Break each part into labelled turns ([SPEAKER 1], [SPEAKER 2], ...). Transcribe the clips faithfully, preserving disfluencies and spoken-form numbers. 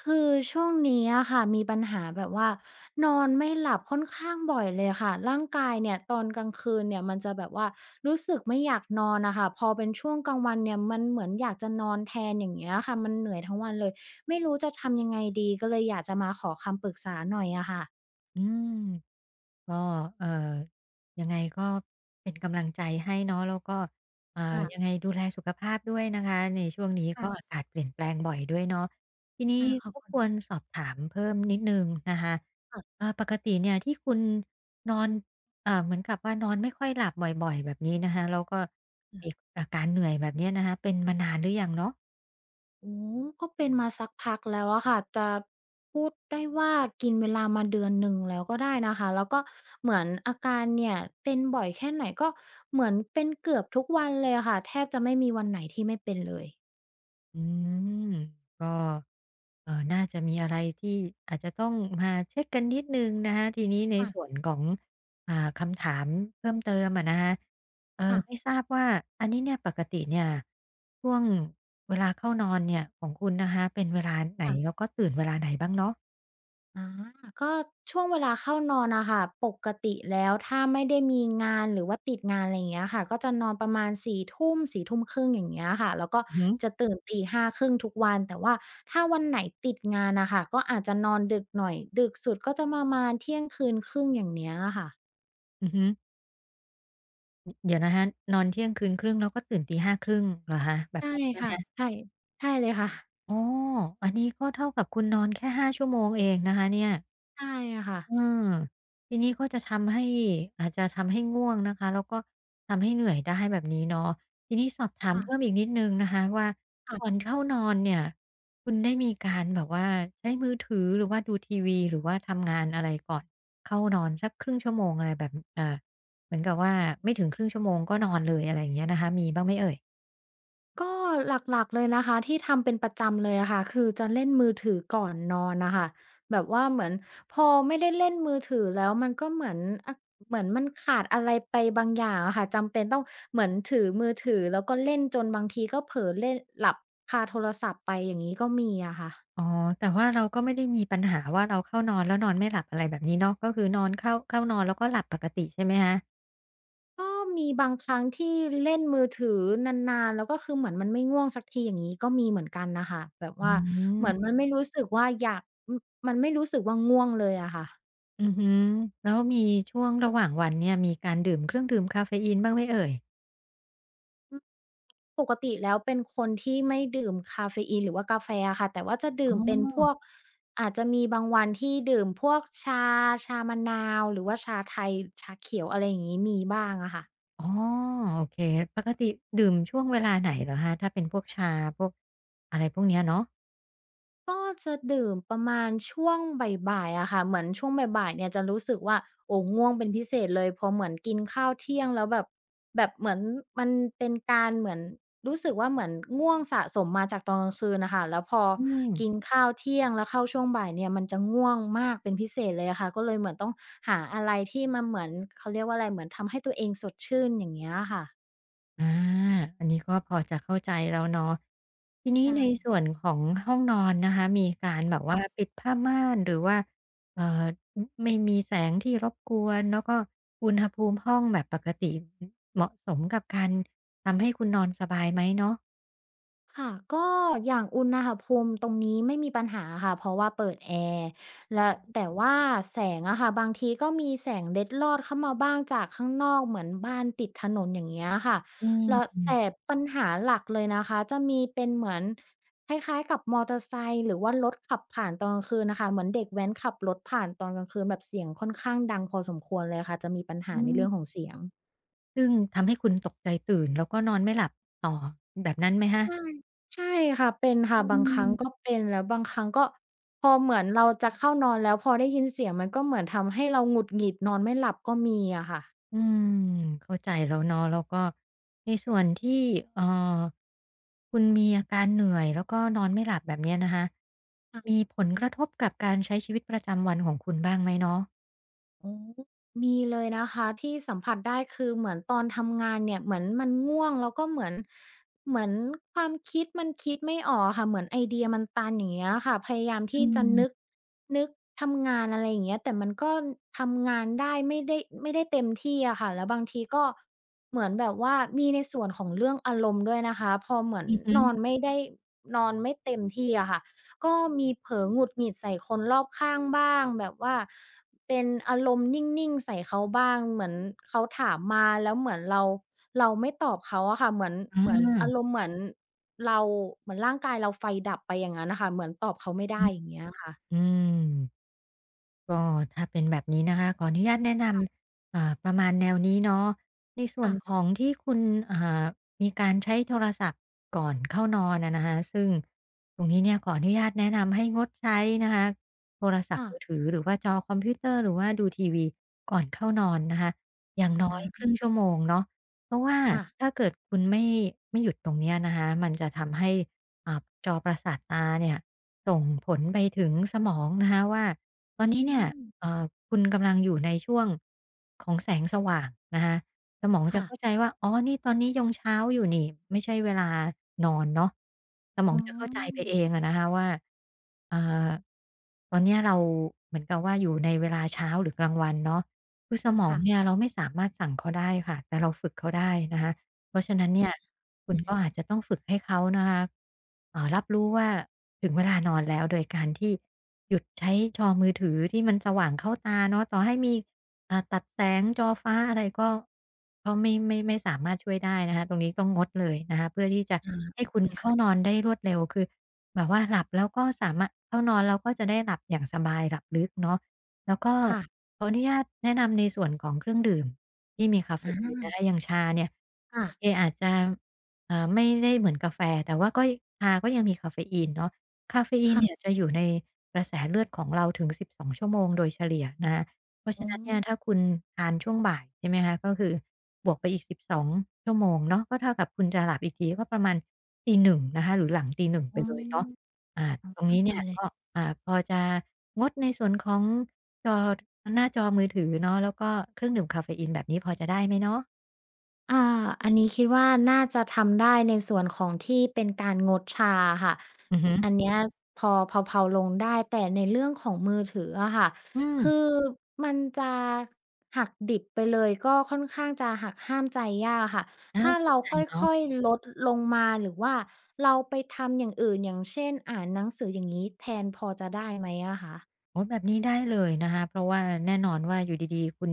[SPEAKER 1] คือช่วงนี้อะค่ะมีปัญหาแบบว่านอนไม่หลับค่อนข้างบ่อยเลยค่ะร่างกายเนี่ยตอนกลางคืนเนี่ยมันจะแบบว่ารู้สึกไม่อยากนอนน่ะค่ะพอเป็นช่วงกลางวันเนี่ยมันเหมือนอยากจะนอนแทนอย่างเงี้ยค่ะมันเหนื่อยทั้งวันเลยไม่รู้จะทำยังไงดีก็เลยอยากจะมาขอคำปรึกษาหน่อยอะค่ะ
[SPEAKER 2] อืมก็เอ่อยังไงก็เป็นกำลังใจให้เนาะแล้วก็อ่า
[SPEAKER 1] ค่ะ
[SPEAKER 2] ยังไงดูแลสุขภาพด้วยนะคะในช่วงนี้ก็
[SPEAKER 1] ค่ะ
[SPEAKER 2] อากาศเปลี่ยนแปลงบ่อยด้วยเนาะทีนี้
[SPEAKER 1] อาขอบ
[SPEAKER 2] รบ
[SPEAKER 1] คุณ
[SPEAKER 2] กวนสอบถามเพิ่มนิดหนึ่งนะคะ
[SPEAKER 1] ค่ะ
[SPEAKER 2] อ่าปกติเนี่ยที่คุณนอนอ่าเหมือนกับว่านอนไม่ค่อยหลับบ่อยๆแบบนี้นะคะแล้วก็มีอาการเหนื่อยแบบเนี้ยนะคะเป็นมานานหรือยังเนาะ
[SPEAKER 1] โอ้ก็เป็นมาสักพักแล้วอะค่ะ จะพูดได้ว่ากินเวลามาเดือนหนึ่งแล้วก็ได้นะคะ แล้วก็เหมือนอาการเนี่ยเป็นบ่อยแค่ไหนก็เหมือนเป็นเกือบทุกวันเลยอะค่ะแทบจะไม่มีวันไหนที่ไม่เป็นเลย
[SPEAKER 2] อืมก็เอ่อน่าจะมีอะไรที่อาจจะต้องมาเช็กกันนิดหนึ่งนะคะทีนี้ในส่วน
[SPEAKER 1] ค่ะ
[SPEAKER 2] ของอ่าคำถามเพิ่มเติมอะนะคะเอ่อไม่
[SPEAKER 1] ค
[SPEAKER 2] ทราบว่าอันนี้เนี่ยปกติเนี่ยช่วงเวลาเข้านอนเนี่ยของคุณนะคะเป็นเวลาไหน
[SPEAKER 1] ่ะ
[SPEAKER 2] แล้วก็ตื่นเวลาไหนบ้างเนาะ
[SPEAKER 1] อาก็ช่วงเวลาเข้านอนอะค่ะปกติแล้วถ้าไม่ได้มีงานหรือว่าติดงานอะไรอย่างเงี้ยค่ะก็จะนอนประมาณสีทุมสี่ทุ่มครึ่งอย่างเงี้ยค่ะแล้วก็
[SPEAKER 2] อือฮึ
[SPEAKER 1] จะตื่นตีห้าครึ่งทุกวัน แต่ว่าถ้าวันไหนติดงานนะคะก็อาจจะนอนดึกหน่อยดึกสุดก็จะประมาณเที่ยงคืนครึ่งอย่างเนี้ยค่ะ
[SPEAKER 2] อือฮึเดี๋ยวนะคะนอนเที่ยงคืนครึ่งแล้วก็ตื่นตีห้าครึ่งเหรอคะแบบ
[SPEAKER 1] ใช่
[SPEAKER 2] นั้นไหม
[SPEAKER 1] ค่ะ
[SPEAKER 2] คะ
[SPEAKER 1] ใช่ใช่เลยค่ะ
[SPEAKER 2] อ๋ออันนี้ก็เท่ากับคุณนอนแค่ห้าชั่วโมงเองนะคะเนี่ย
[SPEAKER 1] ใช่ค
[SPEAKER 2] อมทีนี้ก็จะทำให้อาจจะทำให้ง่วงนะคะแล้วก็ทำให้เหนื่อยได้แบบนี้เนาะทีนี้สอบถามเพิ่ม
[SPEAKER 1] ค่ะ
[SPEAKER 2] อีกนิดหนึ่งนะคะว่าก่อ
[SPEAKER 1] ค่ะ
[SPEAKER 2] นเข้านอนเนี่ยคุณได้มีการแบบว่าใช้มือถือหรือว่าดูทีวีหรือว่าทำงานอะไรก่อนเข้านอนสักครึ่งชั่วโมงอะไรแบบอ่าเหมือนกับว่าไม่ถึงครึ่งชั่วโมงก็นอนเลยอะไรอย่างเงี้ยนะคะมีบ้างไหมเอ่ย
[SPEAKER 1] ก็หลักๆเลยนะคะที่ทำเป็นประจำเลยอะค่ะคือจะเล่นมือถือก่อนนอนน่ะค่ะแบบว่าเหมือนพอไม่ได้เล่นมือถือแล้วมันก็เหมือนอะเหมือนมันขาดอะไรไปบางอย่างอะค่ะจำเป็นต้องเหมือนถือมือถือแล้วก็เล่นจนบางทีก็เผลอเล่นหลับคาโทรศัพท์ไปอย่างงี้ก็มีอะค่ะ
[SPEAKER 2] อ๋อแต่ว่าเราก็ไม่ได้มีปัญหาว่าเราเข้านอนแล้วนอนไม่หลับอะไรแบบนี้เนาะก็คือนอนเข้าเข้านอนแล้วก็หลับปกติใช่ไหมคะ
[SPEAKER 1] ก็มีบางครั้งที่เล่นมือถือนานๆแล้วก็คือเหมือนมันไม่ง่วงสักทีอย่างงี้ก็มีเหมือนกันน่ะค่ะแบบ
[SPEAKER 2] อื
[SPEAKER 1] ว่าเหมือนมั
[SPEAKER 2] ม
[SPEAKER 1] นไม่รู้สึกว่าอยากอือมันไม่รู้สึกว่าง่วงเลยอะค่ะ
[SPEAKER 2] อือฮึแล้วมีช่วงระหว่างวันเนี่ยมีการดื่มเครื่องดื่มกาเฟอีนบ้างไหมเอ่ย
[SPEAKER 1] ปกติแล้วเป็นคนที่ไม่ดื่มคาเฟอีนหรือว่ากาแฟอะค่ะแต่ว่าจะดื่
[SPEAKER 2] อ๋อ
[SPEAKER 1] มเป็นพวกอาจจะมีบางวันที่ดื่มพวกชาชามะนาวหรือว่าชาไทยชาเขียวอะไรอย่างงี้มีบ้างอะค่ะ
[SPEAKER 2] อ๋อโอเคปกติดื่มช่วงเวลาไหนเหรอคะถ้าเป็นพวกชาพวกอะไรพวกเนี้ยเนาะ
[SPEAKER 1] ก็จะดื่มประมาณช่วงบ่ายๆอะค่ะ เหมือนช่วงบ่ายๆเนี่ยจะรู้สึกว่าโอ้ง่วงเป็นพิเศษเลยพอเหมือนกินข้าวเที่ยงแล้วแบบแบบเหมือนมันเป็นการเหมือนรู้สึกว่าเหมือนง่วงสะสมมาจากตอนกลางคืนนะคะแล้วพอ
[SPEAKER 2] อืม
[SPEAKER 1] กินข้าวเที่ยงแล้วเข้าช่วงบ่ายเนี่ยมันจะง่วงมากเป็นพิเศษเลยอะค่ะก็เลยเหมือนต้องหาอะไรที่มันเหมือนเขาเรียกว่าอะไรเหมือนทำให้ตัวเองสดชื่นอย่างเงี้ยค่ะ
[SPEAKER 2] อาอันนี้ก็พอจะเข้าใจแล้วเนาะทีนี้
[SPEAKER 1] ใช่
[SPEAKER 2] ในส่วนของห้องนอนนะคะมีการแบบว่า
[SPEAKER 1] ค่ะ
[SPEAKER 2] ปิดผ้าม่านหรือว่าเอ่ออไม่มีแสงที่รบกวนแล้วก็อุณหภูมิห้องแบบปกติอเหมาะสมกับการทำให้คุณนอนสบายไหมเนาะ
[SPEAKER 1] ค่ะก็อย่างอุณหภูมิตรงนี้ไม่มีปัญหาค่ะเพราะว่าเปิดแอร์และแต่ว่าแสงอะค่ะบางทีก็มีแสงเล็ดลอดเข้ามาบ้างจากข้างนอกเหมือนบ้านติดถนนอย่างเงี้ยค่ะ
[SPEAKER 2] อื
[SPEAKER 1] แล้ว
[SPEAKER 2] ม
[SPEAKER 1] แต่ปัญหาหลักเลยนะคะจะมีเป็นเหมือนคล้ายๆกับมอเตอร์ไซค์หรือว่ารถขับผ่านตอนกลางคืนน่ะคะเหมือนเด็กแว้นขับรถผ่านตอนกลางคืนแบบเสียงค่อนข้างดังพอสมควรเลยค่ะจะมีปัญหา
[SPEAKER 2] อื
[SPEAKER 1] ใน
[SPEAKER 2] ม
[SPEAKER 1] เรื่องของเสียง
[SPEAKER 2] ซึ่งทำให้คุณตกใจตื่นแล้วก็นอนไม่หลับต่อแบบนั้นไหมคะ
[SPEAKER 1] ใช่ใช่ค่ะเป็นค่ะ
[SPEAKER 2] อื
[SPEAKER 1] บางครั้
[SPEAKER 2] ม
[SPEAKER 1] งก็เป็นแล้วบางครั้งก็พอเหมือนเราจะเข้านอนแล้วพอได้ยินเสียงมันก็เหมือนทำให้เราหงุดหงิดนอนไม่หลับก็มีอะค่ะ
[SPEAKER 2] อืมเข้าใจแล้วเนาะแล้วก็ในส่วนที่เอ่อคุณมีอาการเหนื่อยแล้วก็นอนไม่หลับแบบเนี้ยนะคะ
[SPEAKER 1] มีเลยนะคะที่สัมผัสได้คือเหมือนตอนทำงานเนี่ยเหมือนมันง่วงแล้วก็เหมือนเหมือนความคิดมันคิดไม่ออกค่ะเหมือนไอเดียมันตันอย่างเงี้ยค่ะพยายามที่
[SPEAKER 2] อื
[SPEAKER 1] จะนึก
[SPEAKER 2] ม
[SPEAKER 1] นึกทำงานอะไรอย่างเงี้ยแต่มันก็ทำงานได้ไม่ได้ไม่ได้เต็มที่อะค่ะแล้วบางทีก็เหมือนแบบว่ามีในส่วนของเรื่องอารมณ์ด้วยนะคะพอเหมือน
[SPEAKER 2] อือฮึ
[SPEAKER 1] นอนไม่ได้นอนไม่เต็มที่อะค่ะก็มีเผลอหงุดหงิดใส่คนรอบข้างบ้างแบบว่า เป็นอารมณ์นิ่งๆใส่เขาบ้างเหมือนเขาถามมาแล้วเหมือนเราเราไม่ตอบเขาอะค่ะเหมือน
[SPEAKER 2] อา
[SPEAKER 1] เหมือนอารมณ์เหมือนเราเหมือนร่างกายเราไฟดับไปอย่างงั้นน่ะค่ะเหมือนตอบเขาไม่
[SPEAKER 2] อื
[SPEAKER 1] ได้
[SPEAKER 2] อ
[SPEAKER 1] อย่างเงี้ยค่ะ
[SPEAKER 2] อืม ก็ถ้าเป็นแบบนี้นะคะขออนุญาตแนะนำอ่าประมาณแนวนี้เนาะในส่วน
[SPEAKER 1] ค่ะ
[SPEAKER 2] ของที่คุณอ่ามีการใช้โทรศัพท์ก่อนเข้านอนอะนะคะซึ่งตรงนี้เนี่ยขออนุญาตแนะนำให้งดใช้นะคะโทรศัพท์มือ
[SPEAKER 1] ค่ะ
[SPEAKER 2] ถือหรือว่าจอคอมพิวเตอร์หรือว่าดูทีวีก่อนเข้านอนนะคะอย่างน้อยครึ่ง
[SPEAKER 1] อา
[SPEAKER 2] ชั่วโมงเนาะเพราะว่า
[SPEAKER 1] ค่ะ
[SPEAKER 2] ถ้าเกิดคุณไม่ไม่หยุดตรงเนี้ยนะคะมันจะทำให้อ่าจอประสาทตาเนี่ยส่งผลไปถึงสมองนะคะว่า ตอน
[SPEAKER 1] อื
[SPEAKER 2] นี้เนี่ย
[SPEAKER 1] ม
[SPEAKER 2] เอ่อคุณกำลังอยู่ในช่วงของแสงสว่างนะคะสมองจะ
[SPEAKER 1] ค่ะ
[SPEAKER 2] เข้าใจว่าอ๋อนี่ตอนนี้ยังเช้าอยู่นี่ไม่ใช่เวลานอนเนาะสมอง
[SPEAKER 1] อ๋
[SPEAKER 2] จะเข้าใจไป
[SPEAKER 1] อ
[SPEAKER 2] เองอะนะคะว่าอ่าตอนเนี้ยเราเหมือนกับว่าอยู่ในเวลาเช้าหรือกลางวันเนาะคือสมองเนี่ย
[SPEAKER 1] ค่ะ
[SPEAKER 2] เราไม่สามารถสั่งเขาได้ค่ะแต่เราฝึกเขาได้นะคะ เพราะฉะนั้นเนี่ย
[SPEAKER 1] อาะ
[SPEAKER 2] คุณก็อาจจะต้องฝึกให้เขานะคะเอ่อรับรู้ว่าถึงเวลานอนแล้วโดยการที่หยุดใช้จอมือถือที่มันสว่างเข้าตาเนาะต่อให้มีอ่าตัดแสงจอฟ้าอะไรก็ก็ไม่ไม่ไม่สามารถช่วยได้นะคะตรงนี้ต้องงดเลยนะคะเพื่อที่จะ
[SPEAKER 1] อา
[SPEAKER 2] ให้
[SPEAKER 1] โอ
[SPEAKER 2] คุณ
[SPEAKER 1] เค
[SPEAKER 2] เข้า
[SPEAKER 1] ค่ะ
[SPEAKER 2] นอนได้รวดเร็วคือแบบว่าหลับแล้วก็สามารถเข้านอนแล้วก็จะได้หลับอย่างสบายหลับลึกเนาะ แล้วก็
[SPEAKER 1] ค่ะ
[SPEAKER 2] ขออนุญาตแนะนำในส่วนของเครื่องดื่มที่มีกาเฟ
[SPEAKER 1] อา
[SPEAKER 2] อีนนะคะอย่างชาเนี่ย
[SPEAKER 1] ค่ะ
[SPEAKER 2] โอเคอาจจะอ่าไม่ได้เหมือนกาแฟแต่ว่าก็ชาก็ยังมีกาเฟอีนเนาะกาเฟอีนเนี่ย
[SPEAKER 1] ค่ะ
[SPEAKER 2] จะอยู่ในกระแสเลือดของเราถึงสิบสองชั่วโมงโดยเฉลี่ยนะคะเพราะฉะ
[SPEAKER 1] อ๋อ
[SPEAKER 2] นั้นเนี่ยถ้าคุณทานช่วงบ่ายใช่ไหมคะก็คือบวกไปอีกสิบสองชั่วโมงเนาะก็เท่ากับคุณจะหลับอีกทีก็ประมาณตีหนงนะคะหรือหลังตีหนึ่งไป
[SPEAKER 1] อ๋อ
[SPEAKER 2] เลยเนาะอ่า
[SPEAKER 1] อ๋อ
[SPEAKER 2] ตรง
[SPEAKER 1] เข้า
[SPEAKER 2] นี้
[SPEAKER 1] ใจ
[SPEAKER 2] เนี่ย
[SPEAKER 1] เลย
[SPEAKER 2] ก็อ่าพอจะงดในส่วนของ จอหน้าจอมือถือเนาะแล้วก็เครื่องดื่มกาเฟอีนแบบนี้พอจะได้ไหมเนาะ
[SPEAKER 1] อ่าอันนี้คิดว่าน่าจะทำได้ในส่วนของที่เป็นการงดชาค่ะ
[SPEAKER 2] อือฮึ
[SPEAKER 1] อันเนี้ยพอเผลาๆลงได้แต่ในเรื่องของมือถืออะค่ะ
[SPEAKER 2] อืม
[SPEAKER 1] คือมันจะหักดิบไปเลยก็ค่อนข้างจะหักห้ามใจยากค่ะ
[SPEAKER 2] อา
[SPEAKER 1] ถ้า
[SPEAKER 2] เข้า
[SPEAKER 1] เรา
[SPEAKER 2] ใจ
[SPEAKER 1] ค
[SPEAKER 2] เนาะ
[SPEAKER 1] ่อยๆลดลงมาหรือว่าเราไปทำอย่างอื่นอย่างเช่นอ่านหนังสืออย่างงี้แทนพอจะได้ไหมอะคะ
[SPEAKER 2] อ๋อแบบนี้ได้เลยนะคะเพราะว่าแน่นอนว่าอยู่ดีๆคุณ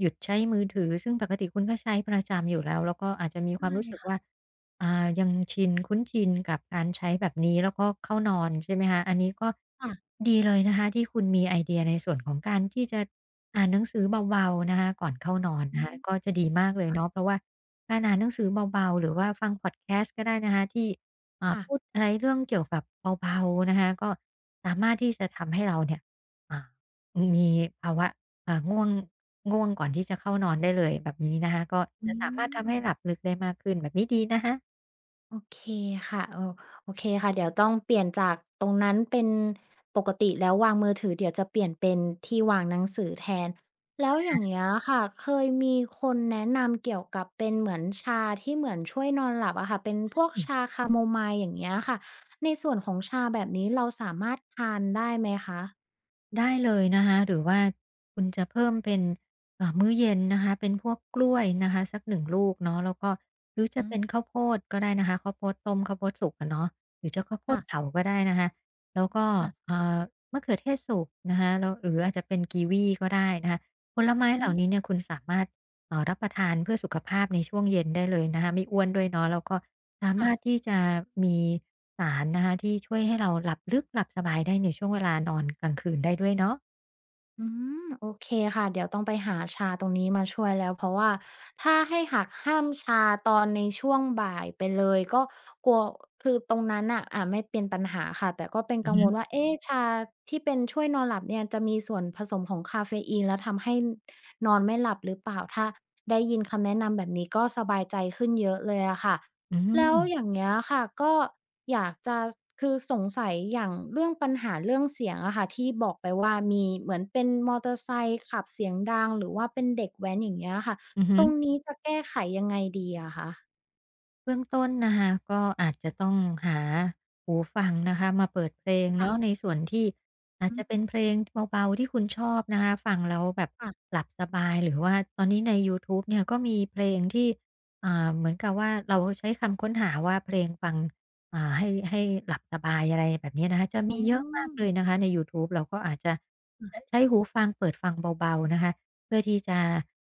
[SPEAKER 2] หยุดใช้มือถือซึ่งปกติคุณก็ใช้ประจำอยู่แล้วแล้วก็อาจจะมีความ
[SPEAKER 1] ได้
[SPEAKER 2] รู้สึก
[SPEAKER 1] ค่ะ
[SPEAKER 2] ว่าอ่ายังชินคุ้นชินกับการใช้แบบนี้แล้วก็เข้านอนใช่ไหมคะอันนี้ก็
[SPEAKER 1] ค่ะ
[SPEAKER 2] ดีเลยนะคะที่คุณมีไอเดียในส่วนของการที่จะอ่านหนังสือเบาๆนะคะก่อนเข้านอน
[SPEAKER 1] อื
[SPEAKER 2] นะคะ
[SPEAKER 1] ม
[SPEAKER 2] ก็จะดีมากเลยเนาะเพราะว่าการอ่านหนังสือเบาๆหรือว่าฟังพอดแคสต์ก็ได้นะคะที่อ่าพูด
[SPEAKER 1] ค่ะ
[SPEAKER 2] อะไรเรื่องเกี่ยวกับเบาๆนะคะก็สามารถที่จะทำให้เราเนี่ย อ่ามีภาวะอ่าง่วงง่วงก่อนที่จะเข้านอนได้เลยแบบนี้นะคะก็
[SPEAKER 1] อื
[SPEAKER 2] จะสามารถ
[SPEAKER 1] ม
[SPEAKER 2] ทำให้หลับลึกได้มากขึ้นแบบนี้ดีนะคะ
[SPEAKER 1] โอเคค่ะเออโอเคค่ะเดี๋ยวต้องเปลี่ยนจากตรงนั้นเป็นปกติแล้ววางมือถือเดี๋ยวจะเปลี่ยนเป็นที่วางหนังสือแทนแล้วอย่างเงี้ยค่ะเคยมีคนแนะนำเกี่ยวกับเป็นเหมือนชาที่เหมือนช่วยนอนหลับอะค่ะเป็นพวกชาคาโมไมล์อย่างเงี้ยค่ะในส่วนของชาแบบนี้เราสามารถทานได้ไหมคะ
[SPEAKER 2] ได้เลยนะคะหรือว่าคุณจะเพิ่มเป็นเอ่อมื้อเย็นนะคะเป็นพวกกล้วยนะคะสักหนึ่งลูกเนาะแล้วก็หรือจะ
[SPEAKER 1] อืม
[SPEAKER 2] เป็นข้าวโพดก็ได้นะคะข้าวโพดต้มข้าวโพดสุกอะเนาะหรือจะข้าวโพด
[SPEAKER 1] ค่ะ
[SPEAKER 2] เผาก็ได้นะคะแล้วก็
[SPEAKER 1] ค่ะ
[SPEAKER 2] เอ่อมะเขือเทศสุกนะคะแล้วหรืออาจจะเป็นกีวีก็ได้นะคะผลไม้เห
[SPEAKER 1] อื
[SPEAKER 2] ล่า
[SPEAKER 1] ม
[SPEAKER 2] นี้เนี่ยคุณสามารถเอ่อรับประทานเพื่อสุขภาพในช่วงเย็นได้เลยนะคะไม่อ้วนด้วยเนาะแล้วก็ สา
[SPEAKER 1] ค่ะ
[SPEAKER 2] มารถที่จะมีสารนะคะที่ช่วยให้เราหลับลึกหลับสบายได้ในช่วงเวลานอนกลางคืนได้ด้วยเนาะ
[SPEAKER 1] อืมโอเคค่ะเดี๋ยวต้องไปหาชาตรงนี้มาช่วยแล้วเพราะว่าถ้าให้หักห้ามชาตอนในช่วงบ่ายไปเลยก็กลัวคือตรงนั้นน่ะอ่าไม่เป็นปัญหาค่ะแต่ก็เป็น
[SPEAKER 2] อือ
[SPEAKER 1] กัง
[SPEAKER 2] ฮึ
[SPEAKER 1] วลว่าเอ๊ะชาที่เป็นช่วยนอนหลับเนี่ยจะมีส่วนผสมของกาเฟอีนแล้วทำให้นอนไม่หลับหรือเปล่าถ้าได้ยินคำแนะนำแบบนี้ก็สบายใจขึ้นเยอะเลยอะค่ะ
[SPEAKER 2] อื
[SPEAKER 1] แล้วอย่า
[SPEAKER 2] ม
[SPEAKER 1] งเงี้ยค่ะก็อยากจะคือสงสัยอย่างเรื่องปัญหาเรื่องเสียงอะค่ะที่บอกไปว่ามีเหมือนเป็นมอเตอร์ไซค์ขับเสียงดังหรือว่าเป็นเด็กแว้นอย่างเงี้ยค่ะ
[SPEAKER 2] อือฮึ
[SPEAKER 1] ตรงนี้จะแก้ไขยังไงดีอะคะ
[SPEAKER 2] เบื้องต้นนะคะก็อาจจะต้องหาหูฟังนะคะมาเปิดเพลง
[SPEAKER 1] ค่ะ
[SPEAKER 2] เนาะในส่วนที่อาจ
[SPEAKER 1] อื
[SPEAKER 2] จะ
[SPEAKER 1] ม
[SPEAKER 2] เป็นเพลงเบาๆที่คุณชอบนะคะฟังแล้วแบบ
[SPEAKER 1] ค่ะ
[SPEAKER 2] หลับสบายหรือว่าตอนนี้ในยูทูบเนี่ยก็มีเพลงที่อ่าเหมือนกับว่าเราใช้คำค้นหาว่าเพลงฟังอ่าให้ให้หลับสบายอะไรแบบนี้นะคะจะ
[SPEAKER 1] อ๋
[SPEAKER 2] มีเยอะมากเล
[SPEAKER 1] อ
[SPEAKER 2] ยนะคะในยูทูบเราก็อาจจะ
[SPEAKER 1] ค่ะ
[SPEAKER 2] ใช้ใช้หูฟังเปิดฟังเบาๆนะคะเพื่อที่จะ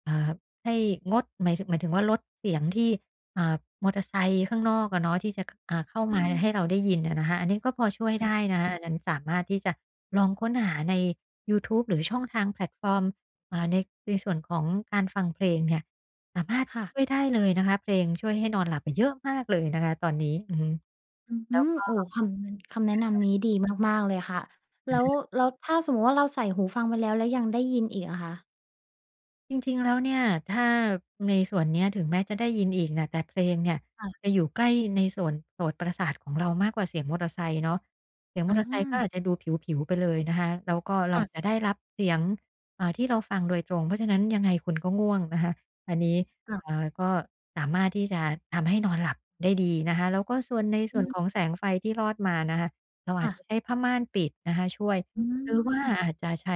[SPEAKER 2] เอ่าให้งดหมายถึงหมายถึงว่าลดเสียงที่ อ่ามอเตอร์ไซค์ข้างนอกอะเนาะที่จะอ่าเข้า
[SPEAKER 1] ได้
[SPEAKER 2] มาให้เราได้ยินอะนะคะอันนี้ก็พอช่วยได้นะะอันนั้นสามารถที่จะลองค้นหาในยูทูบหรือช่องทางแพลตฟอร์มอ่าในในส่วนของการฟังเพลงเนี่ยสามารถ
[SPEAKER 1] ค่ะ
[SPEAKER 2] ช่วยได้เลยนะคะเพลงช่วยให้นอนหลับไปเยอะมากเลยนะคะตอนนี้อือฮึ
[SPEAKER 1] อืมโอ้คำนคำแนะนำนี้ดีมากๆเลยค่ะแล้วแล้วถ้าสมมุติว่าเราใส่หูฟังไปแล้วแล้วยังได้ยินอีกอะคะ
[SPEAKER 2] จริงๆ แล้วเนี่ยถ้าในส่วนเนี้ยถึงแม้จะได้ยินอีกน่ะแต่เพลงเนี่ยจะ
[SPEAKER 1] ค่ะ
[SPEAKER 2] อยู่ใกล้ในส่วนโสตประสาทของเรามากกว่าเสียงมอเตอร์ไซค์เนาะเสียงมอ
[SPEAKER 1] อา
[SPEAKER 2] เตอร์ไซค์ก็อาจจะดูผิวๆไปเลยนะคะแล้วก็เราจะ
[SPEAKER 1] ค
[SPEAKER 2] ได้รับเสียงอ่าที่เราฟังโดยตรงเพราะฉะนั้นยังไงคุณก็ง่วงนะคะอันนี้
[SPEAKER 1] ่ะๆ
[SPEAKER 2] อ่าก็สามารถที่จะทำให้นอนหลับได้ดีนะคะแล้วก็ส่วนใน
[SPEAKER 1] อื
[SPEAKER 2] ส่วน
[SPEAKER 1] ม
[SPEAKER 2] ของแสงไฟที่ลอดมานะคะเราอา
[SPEAKER 1] ค่ะ
[SPEAKER 2] จจะใช้ผ้าม่านปิดนะคะช่วย
[SPEAKER 1] อื
[SPEAKER 2] หรือว่า
[SPEAKER 1] ม
[SPEAKER 2] อาจจะใช้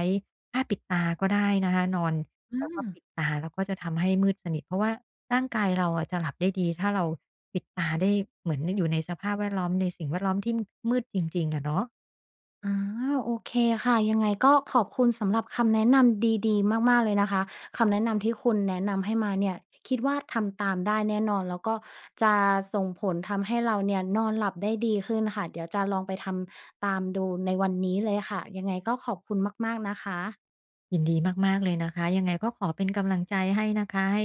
[SPEAKER 2] ผ้าปิดตาก็ได้นะคะนอน
[SPEAKER 1] อ
[SPEAKER 2] เราก็
[SPEAKER 1] า
[SPEAKER 2] ปิดตาแล้วก็จะทำให้มืดสนิทเพราะว่าร่างกายเราอะจะหลับได้ดีถ้าเราปิดตาได้เหมือนอยู่ในสภาพแวดล้อมในสิ่งแวดล้อมที่มืดจริงๆอะเนาะ
[SPEAKER 1] อาโอเคค่ะยังไงก็ขอบคุณสำหรับคำแนะนำดีๆมากๆเลยนะคะคำแนะนำที่คุณแนะนำให้มาเนี่ยคิดว่าทำตามได้แน่นอนแล้วก็จะส่งผลทำให้เราเนี่ยนอนหลับได้ดีขึ้นค่ะเดี๋ยวจะลองไปทำตามดูในวันนี้เลยค่ะยังไงก็ขอบคุณมากๆนะคะ
[SPEAKER 2] ยินดีมากๆเลยนะคะยังไงก็ขอเป็นกำลังใจให้นะคะให้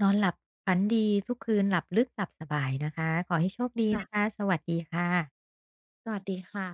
[SPEAKER 2] นอนหลับฝันดีทุกคืนหลับลึกหลับสบายนะคะขอให้โชคดีนะ
[SPEAKER 1] ค่ะ
[SPEAKER 2] คะสวัสดีค่ะ
[SPEAKER 1] สวัสดีค่ะ